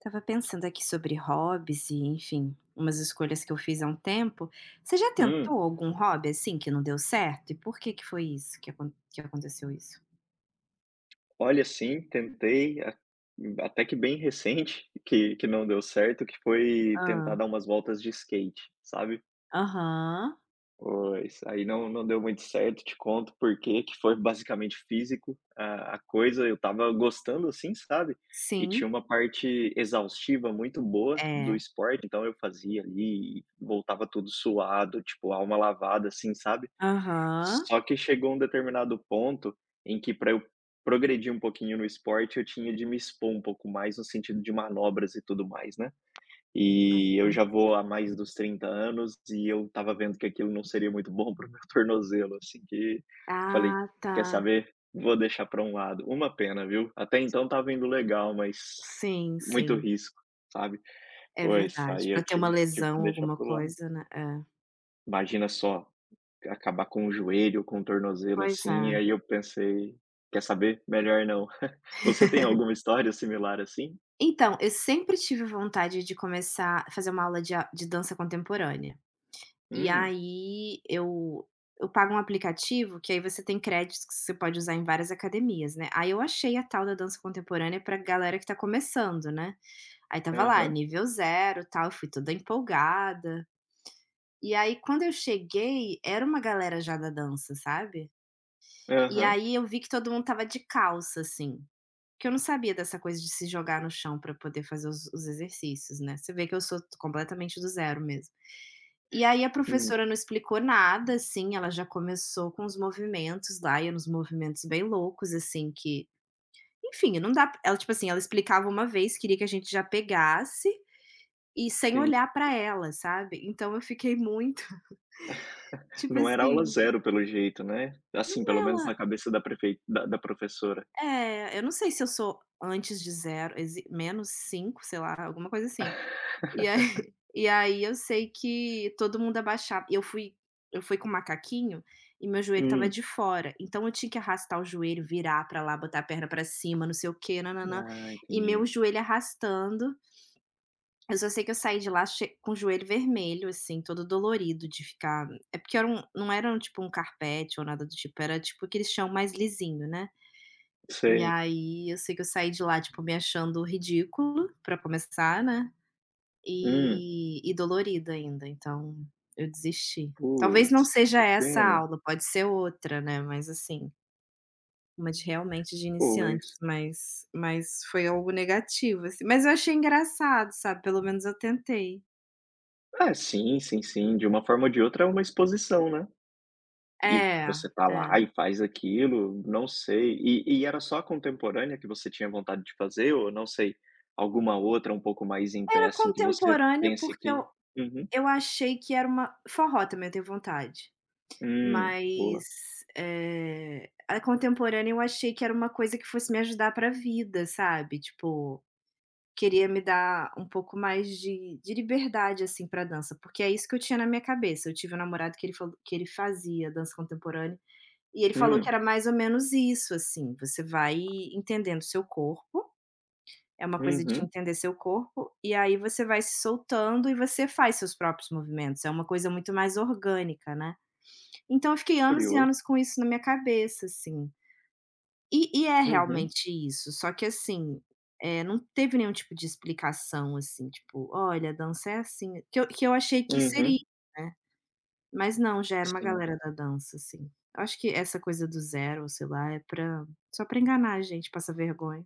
Tava pensando aqui sobre hobbies e, enfim, umas escolhas que eu fiz há um tempo. Você já Hum, tentou algum hobby assim que não deu certo? E por que que foi isso que aconteceu isso? Olha, sim, tentei, a até que bem recente, que não deu certo, que foi tentar Ah, dar umas voltas de skate, sabe. aham. Pois, aí não deu muito certo, te conto por quê, que foi basicamente físico a coisa, eu tava gostando, assim, sabe, e tinha Sim. uma parte exaustiva muito boa do É. esporte, então eu fazia ali e voltava todo suado, tipo, alma lavada, assim, sabe. Aham. Só que chegou um determinado ponto em que para eu progredir um pouquinho no esporte, eu tinha de me expor um pouco mais no sentido de manobras e tudo mais, né. E eu Então, já vou há mais dos 30 anos e eu estava vendo que aquilo não seria muito bom para o meu tornozelo, assim, que falei: ah, "Quer tá. saber? Vou deixar para um lado". Uma pena, viu. Até então estava indo legal, mas Sim, muito sim. risco, sabe. É Pois, verdade. aí Pra eu ter uma tive que lesão, deixar alguma para o lado. coisa, né. É. Imagina só, acabar com o joelho, com o tornozelo, Pois é. assim, e aí eu pensei: "Quer saber? Melhor não". Você tem alguma história similar assim? Então, eu sempre tive vontade de começar a fazer uma aula de dança contemporânea. E Hum. aí eu pago um aplicativo que aí você tem créditos que você pode usar em várias academias, né. Aí eu achei a tal da dança contemporânea pra galera que tá começando, né. Aí tava lá Aham, nível zero tal, eu fui toda empolgada. E aí quando eu cheguei, era uma galera já da dança, sabe. E aham. aí eu vi que todo mundo tava de calça, assim. Porque eu não sabia dessa coisa de se jogar no chão para poder fazer os exercícios, né, você vê que eu sou completamente do zero mesmo. E aí a Hum. professora não explicou nada, assim, ela já começou com os movimentos lá, e uns movimentos bem loucos, assim, que enfim, não dá ela, tipo assim, ela explicava uma vez, queria que a gente já pegasse, e sem Tem. olhar pra ela, sabe. Então eu fiquei muito, tipo Não era aula assim, zero pelo jeito, né? Assim, não é pelo menos ela na cabeça da prefeita da professora. é, eu não sei se eu sou antes de zero, exi menos 5, sei lá, alguma coisa assim. E aí e aí eu sei que todo mundo abaixava, eu fui com o macaquinho e meu joelho estava Hum. de fora, então eu tinha que arrastar o joelho, virar pra lá, botar a perna pra cima, não sei o quê, nã Ah, e entendi. meu joelho arrastando. Eu só sei que eu saí de lá che com o joelho vermelho, assim, todo dolorido de ficar é porque era um não era um, tipo, um carpete ou nada do tipo, era tipo aquele chão mais lisinho, né. E Sei. aí eu sei que eu saí de lá, tipo, me achando ridículo pra começar, né. Hum. E dolorido ainda, então eu desisti. Talvez não Putz, seja que essa a pena. aula, pode ser outra, né, mas assim, uma de realmente de Pois. iniciantes, mas foi algo negativo, assim. Mas eu achei engraçado, sabe, pelo menos eu tentei. Ah, sim, sim, sim, de uma forma ou de outra é uma exposição, né? E É, você tá é. lá e faz aquilo, não sei. E era só a contemporânea que você tinha vontade de fazer ou não sei, alguma outra um pouco mais em pé, Era assim, que você contemporânea, pense porque que. eu Uhum. eu achei que era, uma forró também eu tenho vontade, mas, Boa. é a contemporânea eu achei que era uma coisa que fosse me ajudar pra vida, sabe, tipo, queria me dar um pouco mais de liberdade, assim, para dança, porque é isso que eu tinha na minha cabeça. Eu tive um namorado que ele falou que ele fazia dança contemporânea, e ele falou que Hum, era mais ou menos isso, assim, você vai entendendo seu corpo, é uma coisa de uhum. entender seu corpo, e aí você vai se soltando e você faz seus próprios movimentos, é uma coisa muito mais orgânica, né. Então eu fiquei anos e Curioso. anos com isso na minha cabeça, assim. E é Uhum, realmente isso, só que assim, não teve nenhum tipo de explicação, assim, tipo: "Olha, a dança é assim", que eu achei que seria, uhum. né, mas não, já era uma Sim. galera da dança, assim. Eu acho que essa coisa do zero, sei lá, é pra só pra enganar a gente, passar vergonha.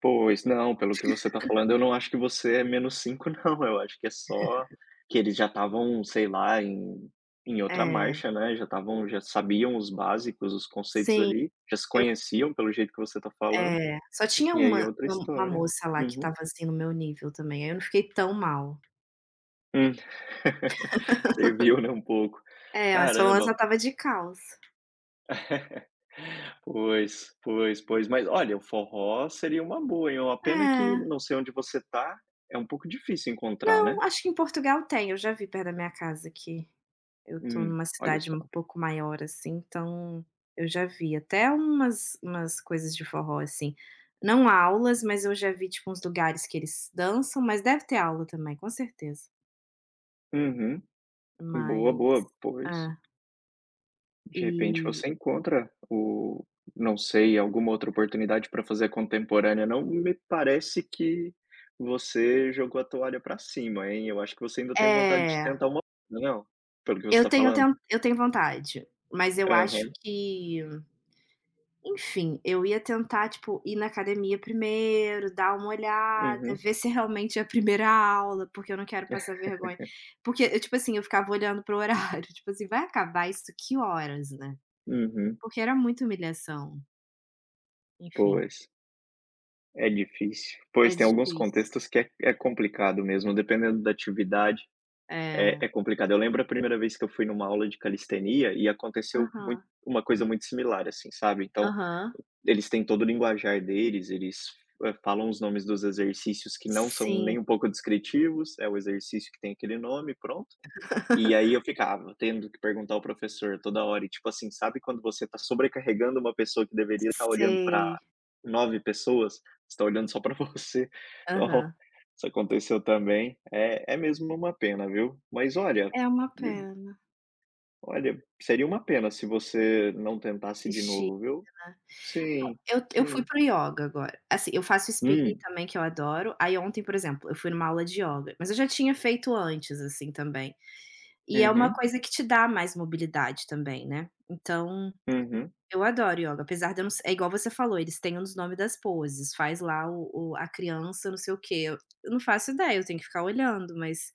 Pois, não, pelo que você tá falando, eu não acho que você é menos cinco não, eu acho que é só que eles já estavam, sei lá, em outra É, marcha, né, já estavam já sabiam os básicos, os conceitos sim, ali, já se eu conheciam pelo jeito que você tá falando, só tinha e aí é uma outra uma uma história. moça lá que Uhum. estava, assim, no meu nível também, aí eu não fiquei tão mal. Hum. Serviu, né, um pouco. É, mas pelo ela Caramba, estava de calça. pois, pois, pois. Mas olha, o forró seria uma boa, hein, uma pena que É. não sei onde você tá, é um pouco difícil encontrar, Não, né. acho que em Portugal tem, eu já vi perto da minha casa aqui. Eu tô numa Olha cidade só. um pouco maior, assim, então eu já vi até umas coisas de forró, assim. Não aulas, mas eu já vi, tipo, uns lugares que eles dançam, mas deve ter aula também, com certeza. Uhum. Boa, Mas boa. Pois, ah, de repente e você encontra o não sei, alguma outra oportunidade para fazer contemporânea. Não me parece que você jogou a toalha para cima, hein. Eu acho que você ainda tem vontade de é, tentar uma não? Pelo que você eu está tenho falando? ten eu tenho vontade, mas eu acho Aham. que, enfim, eu ia tentar, tipo, ir na academia primeiro, dar uma olhada, Uhum. ver se realmente é a primeira aula, porque eu não quero passar vergonha. Porque eu, tipo assim, eu ficava olhando pro horário, tipo assim: "Vai acabar isso que horas, né?". Uhum. Porque era muita humilhação. Enfim, Pois, é difícil. é Pois, tem alguns difícil. contextos que é complicado mesmo, dependendo da atividade, É. é complicado. Eu lembro a primeira vez que eu fui numa aula de calistenia e aconteceu muito Aham. uma coisa muito similar, assim, sabe. Então Aham. eles têm todo o linguajar deles, eles, falam os nomes dos exercícios que não são Sim. nem um pouco descritivos, é o exercício que tem aquele nome, pronto. E aí eu ficava tendo que perguntar ao professor toda hora e, tipo assim, sabe quando você está sobrecarregando uma pessoa que deveria estar olhando Sei. para 9 pessoas, está olhando só para você. Então, Aham. isso aconteceu também. É mesmo uma pena, viu. Mas olha, É uma pena. olha, seria uma pena se você não tentasse de Desisti. novo, viu. Sim, Eu fui sim. para o ioga agora. Assim, eu faço spinning Hum. também, que eu adoro. Aí ontem, por exemplo, eu fui numa aula de ioga, mas eu já tinha feito antes, assim, também. E é uma Uhum, coisa que te dá mais mobilidade também, né. Então, uhum. eu adoro ioga, apesar de eu não se é igual você falou, eles têm uns nomes das poses, faz lá o a criança não sei o quê, eu não faço ideia, eu tenho que ficar olhando, mas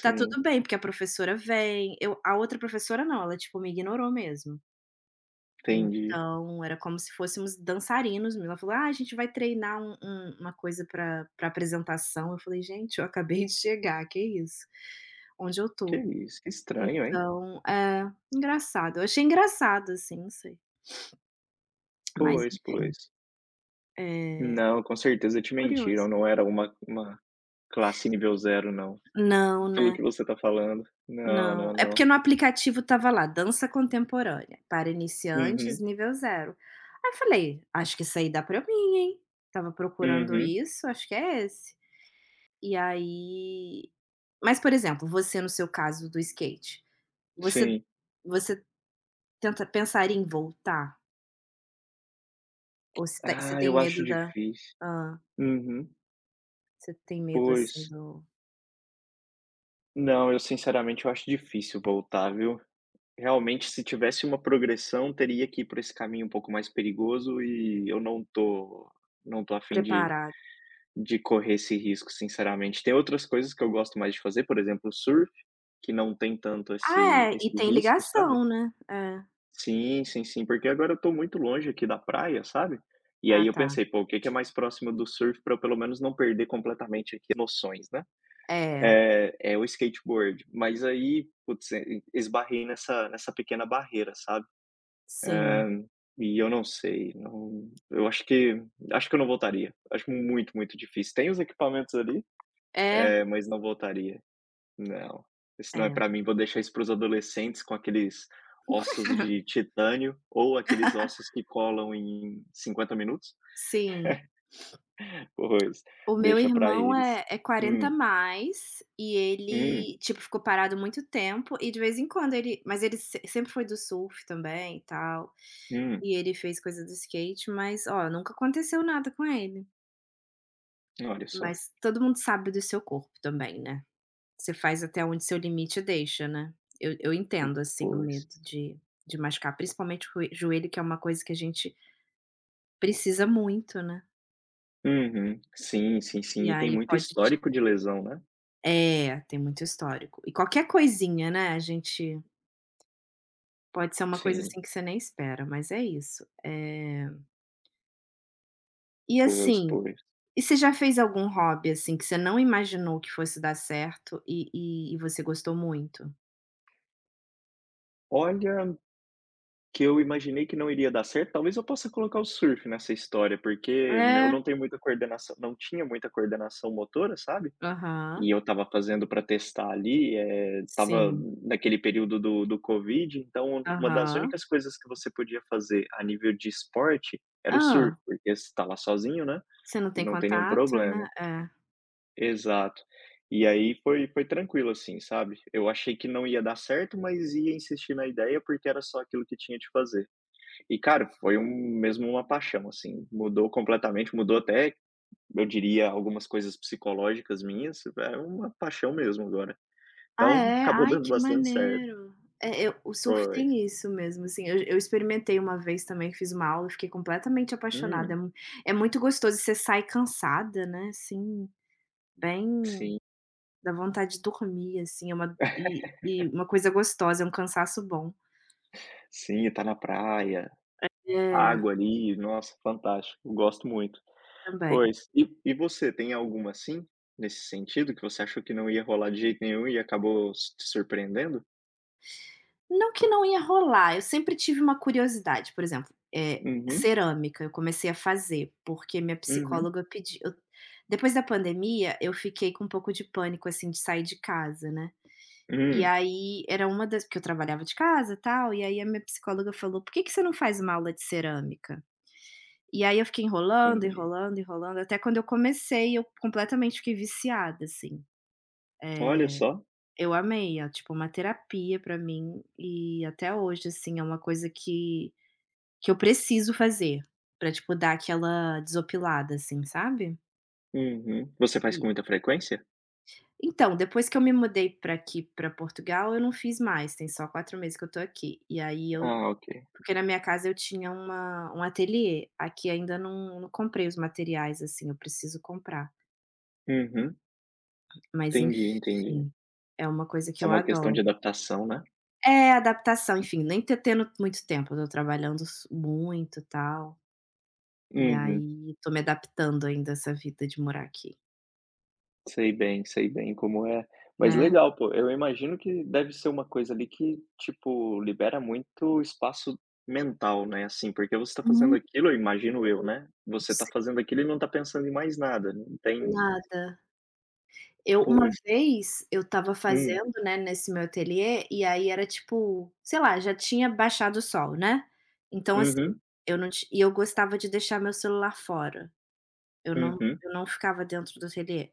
tá tudo bem, porque a professora vem, eu a outra professora não, ela, tipo, me ignorou mesmo. entendi. Então, era como se fôssemos dançarinos mesmo. Ela falou: "Ah, a gente vai treinar uma coisa para pra apresentação". Eu falei: "Gente, eu acabei de chegar, que isso? Onde eu Que tô?". isso, que estranho, hein? Então, é, engraçado. Eu achei engraçado, assim, não sei. Mas Pois, enfim, pois. é Não, com certeza te mentiram, curioso. não era uma classe nível zero não, Não, pelo né? que você tá falando. Não, Não. não, É não. porque no aplicativo tava lá: dança contemporânea, para iniciantes, Uhum, nível zero. Aí eu falei: "Acho que isso aí dá pra mim, hein". Tava procurando uhum, isso, acho que é esse. E aí, mas, por exemplo, você no seu caso do skate, você sim. você tenta pensar em voltar? Ou você Ah, tem eu acho medo da, difícil. hã, Uhum, você tem medo, assim, pois. do Não, eu sinceramente eu acho difícil voltar, viu. Realmente se tivesse uma progressão teria que ir por esse caminho um pouco mais perigoso e eu não tô a fim de preparado. de correr esse risco, sinceramente. Tem outras coisas que eu gosto mais de fazer, por exemplo, surf, que não tem tanto esse Ah, é, e esse tem risco, sabe. ligação, né. É. Sim, sim, sim, porque agora eu tô muito longe aqui da praia, sabe. E Ah, aí eu tá. pensei: "Pô, o que que é mais próximo do surf para eu pelo menos não perder completamente aqui as noções, né". É, É o skateboard, mas aí, putz, e esbarrei nessa pequena barreira, sabe. sim. É, e eu não sei, não eu acho que eu não voltaria. Acho muito, muito difícil. Tem os equipamentos ali, É, mas não voltaria. Não, isso não é é. pra mim, vou deixar isso para os adolescentes com aqueles ossos de titânio ou aqueles ossos que colam em 50 minutos. Sim. Pois, O meu deixa pra irmão eles. é quarenta Hum, mais, e hum, ele, tipo, ficou parado muito tempo e de vez em quando ele, mas ele se sempre foi do surf também e tal. hum, E ele fez coisa do skate, mas ó, nunca aconteceu nada com ele. olha só, Mas todo mundo sabe do seu corpo também, né. Você faz até onde seu limite deixa, né. Eu entendo, assim, o pois. medo de machucar, principalmente o joelho, que é uma coisa que a gente precisa muito, né. Uhum, sim, sim, sim, E e tem aí muito pode te histórico de lesão, né. é, tem muito histórico. E qualquer coisinha, né, a gente pode ser uma coisa, Sim, assim, que você nem espera, mas é isso. E pois, assim, pois. e você já fez algum hobby, assim, que você não imaginou que fosse dar certo e você gostou muito? Olha, que eu imaginei que não iria dar certo, talvez eu possa colocar o surf nessa história, porque eu É. não tenho muita coordenação não tinha muita coordenação motora, sabe. Aham. E eu estava fazendo para testar ali, estava Sim. naquele período do covid, então uma das Aham. únicas coisas que você podia fazer a nível de esporte era o surf, Ah. porque você tá lá sozinho, né, Você não e tem não tem nenhum contato, né. problema. É. Exato. E aí foi tranquilo, assim, sabe. Eu achei que não ia dar certo, mas ia insistir na ideia, porque era só aquilo que tinha de fazer. E cara, foi um mesmo uma paixão, assim, mudou completamente, mudou até, eu diria, algumas coisas psicológicas minhas, é uma paixão mesmo agora. Ah, Então, é? acabou Ai, dando que bastante certo. maneiro. É, eu o surf Pois. tem isso mesmo, assim, eu experimentei uma vez também, fiz uma aula, fiquei completamente apaixonada, é Hum, mu é muito gostoso, você sai cansada, né, assim, bem, sim, dá vontade de dormir, assim, é uma uma coisa gostosa, é um cansaço bom. sim, tá na praia, É, água ali, nossa, fantástico, gosto muito. também. Pois, e você, tem alguma assim, nesse sentido, que você achou que não ia rolar de jeito nenhum e acabou s te surpreendendo? Não que não ia rolar, eu sempre tive uma curiosidade, por exemplo, Uhum, cerâmica, eu comecei a fazer, porque minha uhum. psicóloga pediu, eu depois da pandemia, eu fiquei com um pouco de pânico, assim, de sair de casa, né. E Hum, aí era uma das, porque eu trabalhava de casa, e tal, e aí a minha psicóloga falou: "Por que que você não faz uma aula de cerâmica?". E aí eu fiquei enrolando, entendi. enrolando, enrolando, até quando eu comecei, eu completamente fiquei viciada, assim. Olha Eh só. Eu amei, é tipo uma terapia pra mim e até hoje, assim, é uma coisa que eu preciso fazer, pra, tipo, dar aquela desopilada, assim, sabe. Uhum. Você faz com E muita frequência? então, depois que eu me mudei pra aqui, pra Portugal, eu não fiz mais, tem só 4 meses que eu tô aqui. E aí eu, Ah, ok. porque na minha casa eu tinha uma um ateliê, aqui ainda não comprei os materiais, assim, eu preciso comprar. Uhum, Mas entendi, entendi. enfim, é uma coisa que Só eu uma questão adoro. de adaptação, né? É, adaptação, enfim, nem tô tendo muito tempo, eu tô trabalhando s muito, tal, e Uhum. aí tô me adaptando ainda a essa vida de morar aqui, Sei bem como é. Mas né. legal, pô, eu imagino que deve ser uma coisa ali que, tipo, libera muito espaço mental, né, assim, porque você tá fazendo Muito, aquilo, eu imagino eu, né, você tá sem fazendo aquilo e não tá pensando em mais nada, não tem. nada. Eu uma Pois. vez, eu estava Hum. fazendo, né, nesse meu ateliê, e aí era tipo, sei lá, já tinha baixado o sol, né. Então, assim, Uhum, eu não ti e eu gostava de deixar meu celular fora, eu não uhum. eu não ficava dentro do ateliê.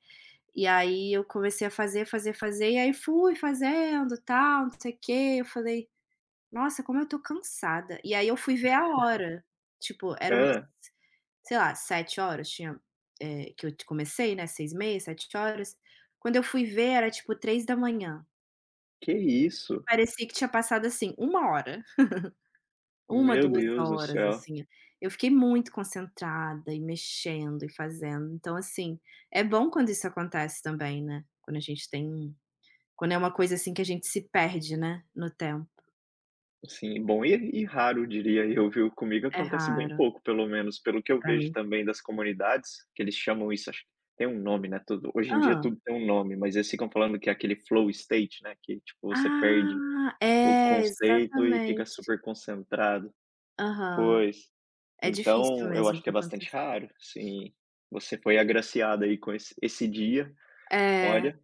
E aí eu comecei a fazer, fazer, fazer, e aí fui fazendo, tal, não sei o quê, eu falei: "Nossa, como eu tô cansada". E aí eu fui ver a hora, tipo, era umas, Ah, sei lá, 7h tinha, que eu t comecei, né, seis h 30, 7h. Quando eu fui ver era tipo 3h. que E isso? parecia que tinha passado, assim, uma hora, uma, Meu 2 Deus do horas, céu. assim. Eu fiquei muito concentrada e mexendo e fazendo. Então, assim, é bom quando isso acontece também, né, quando a gente tem quando é uma coisa, assim, que a gente se perde, né, no tempo. Sim, bom e raro diria eu, viu. Comigo É acontece bem raro pouco, pelo menos pelo que eu pra vejo mim. também das comunidades, que eles chamam isso acho que tem um nome, né, tudo hoje em dia Hã. tudo tem um nome, mas eles ficam falando que é aquele flow state, né, que tipo você perde Ah, o é, conceito e fica exatamente. super concentrado. Aham. Pois. É difícil Então, eu mesmo acho que de é bastante acontecer. raro, sim. Você foi agraciado aí com esse dia, É, olha,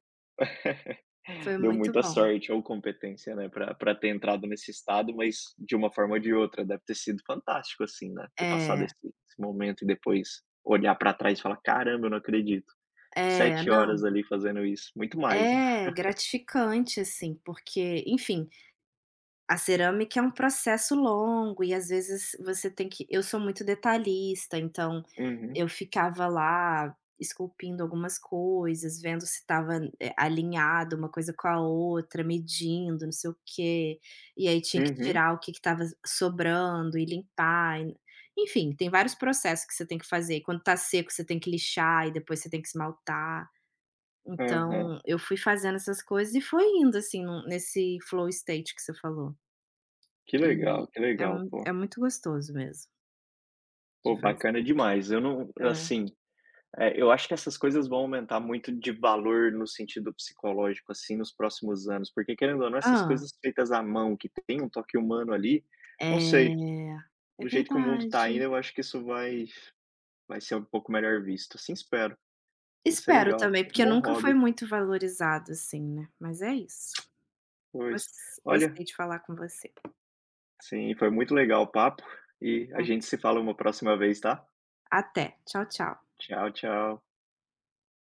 foi deu muito muita bom. sorte ou competência, né, pra ter entrado nesse estado, mas de uma forma ou de outra, deve ter sido fantástico, assim, né, ter passado É, esse momento e depois olhar pra trás e falar: "Caramba, eu não acredito, é, 7 não, horas ali fazendo isso", muito mais, né. é gratificante, assim, porque, enfim, a cerâmica é um processo longo e às vezes você tem que eu sou muito detalhista, então Uhum, eu ficava lá esculpindo algumas coisas, vendo se estava, alinhado uma coisa com a outra, medindo, não sei o quê, e aí tinha que uhum, tirar o que estava sobrando e limpar, e enfim, tem vários processos que você tem que fazer. E quando está seco, você tem que lixar e depois você tem que esmaltar. aham. Então eu fui fazendo essas coisas e foi indo, assim, num nesse flow state que você falou. E Que é legal, mui pô. é muito gostoso mesmo de Pô, fazer. bacana demais. Eu não É. assim. É, eu acho que essas coisas vão aumentar muito de valor no sentido psicológico, assim, nos próximos anos, porque querendo ou não, essas Hã. coisas feitas à mão, que tem um toque humano ali, não sei, É, é do jeito que o mundo tá indo, verdade. eu acho que isso vai ser um pouco melhor visto, assim espero, ia ser Espero legal, também, um porque bom nunca foi hobby, muito valorizado assim, né, mas é isso. pois. Olha, Gostei de falar com você. sim, foi muito legal o papo, e a Tá gente bom. se fala uma próxima vez, tá? Até. Tchau, tchau. Tchau, tchau.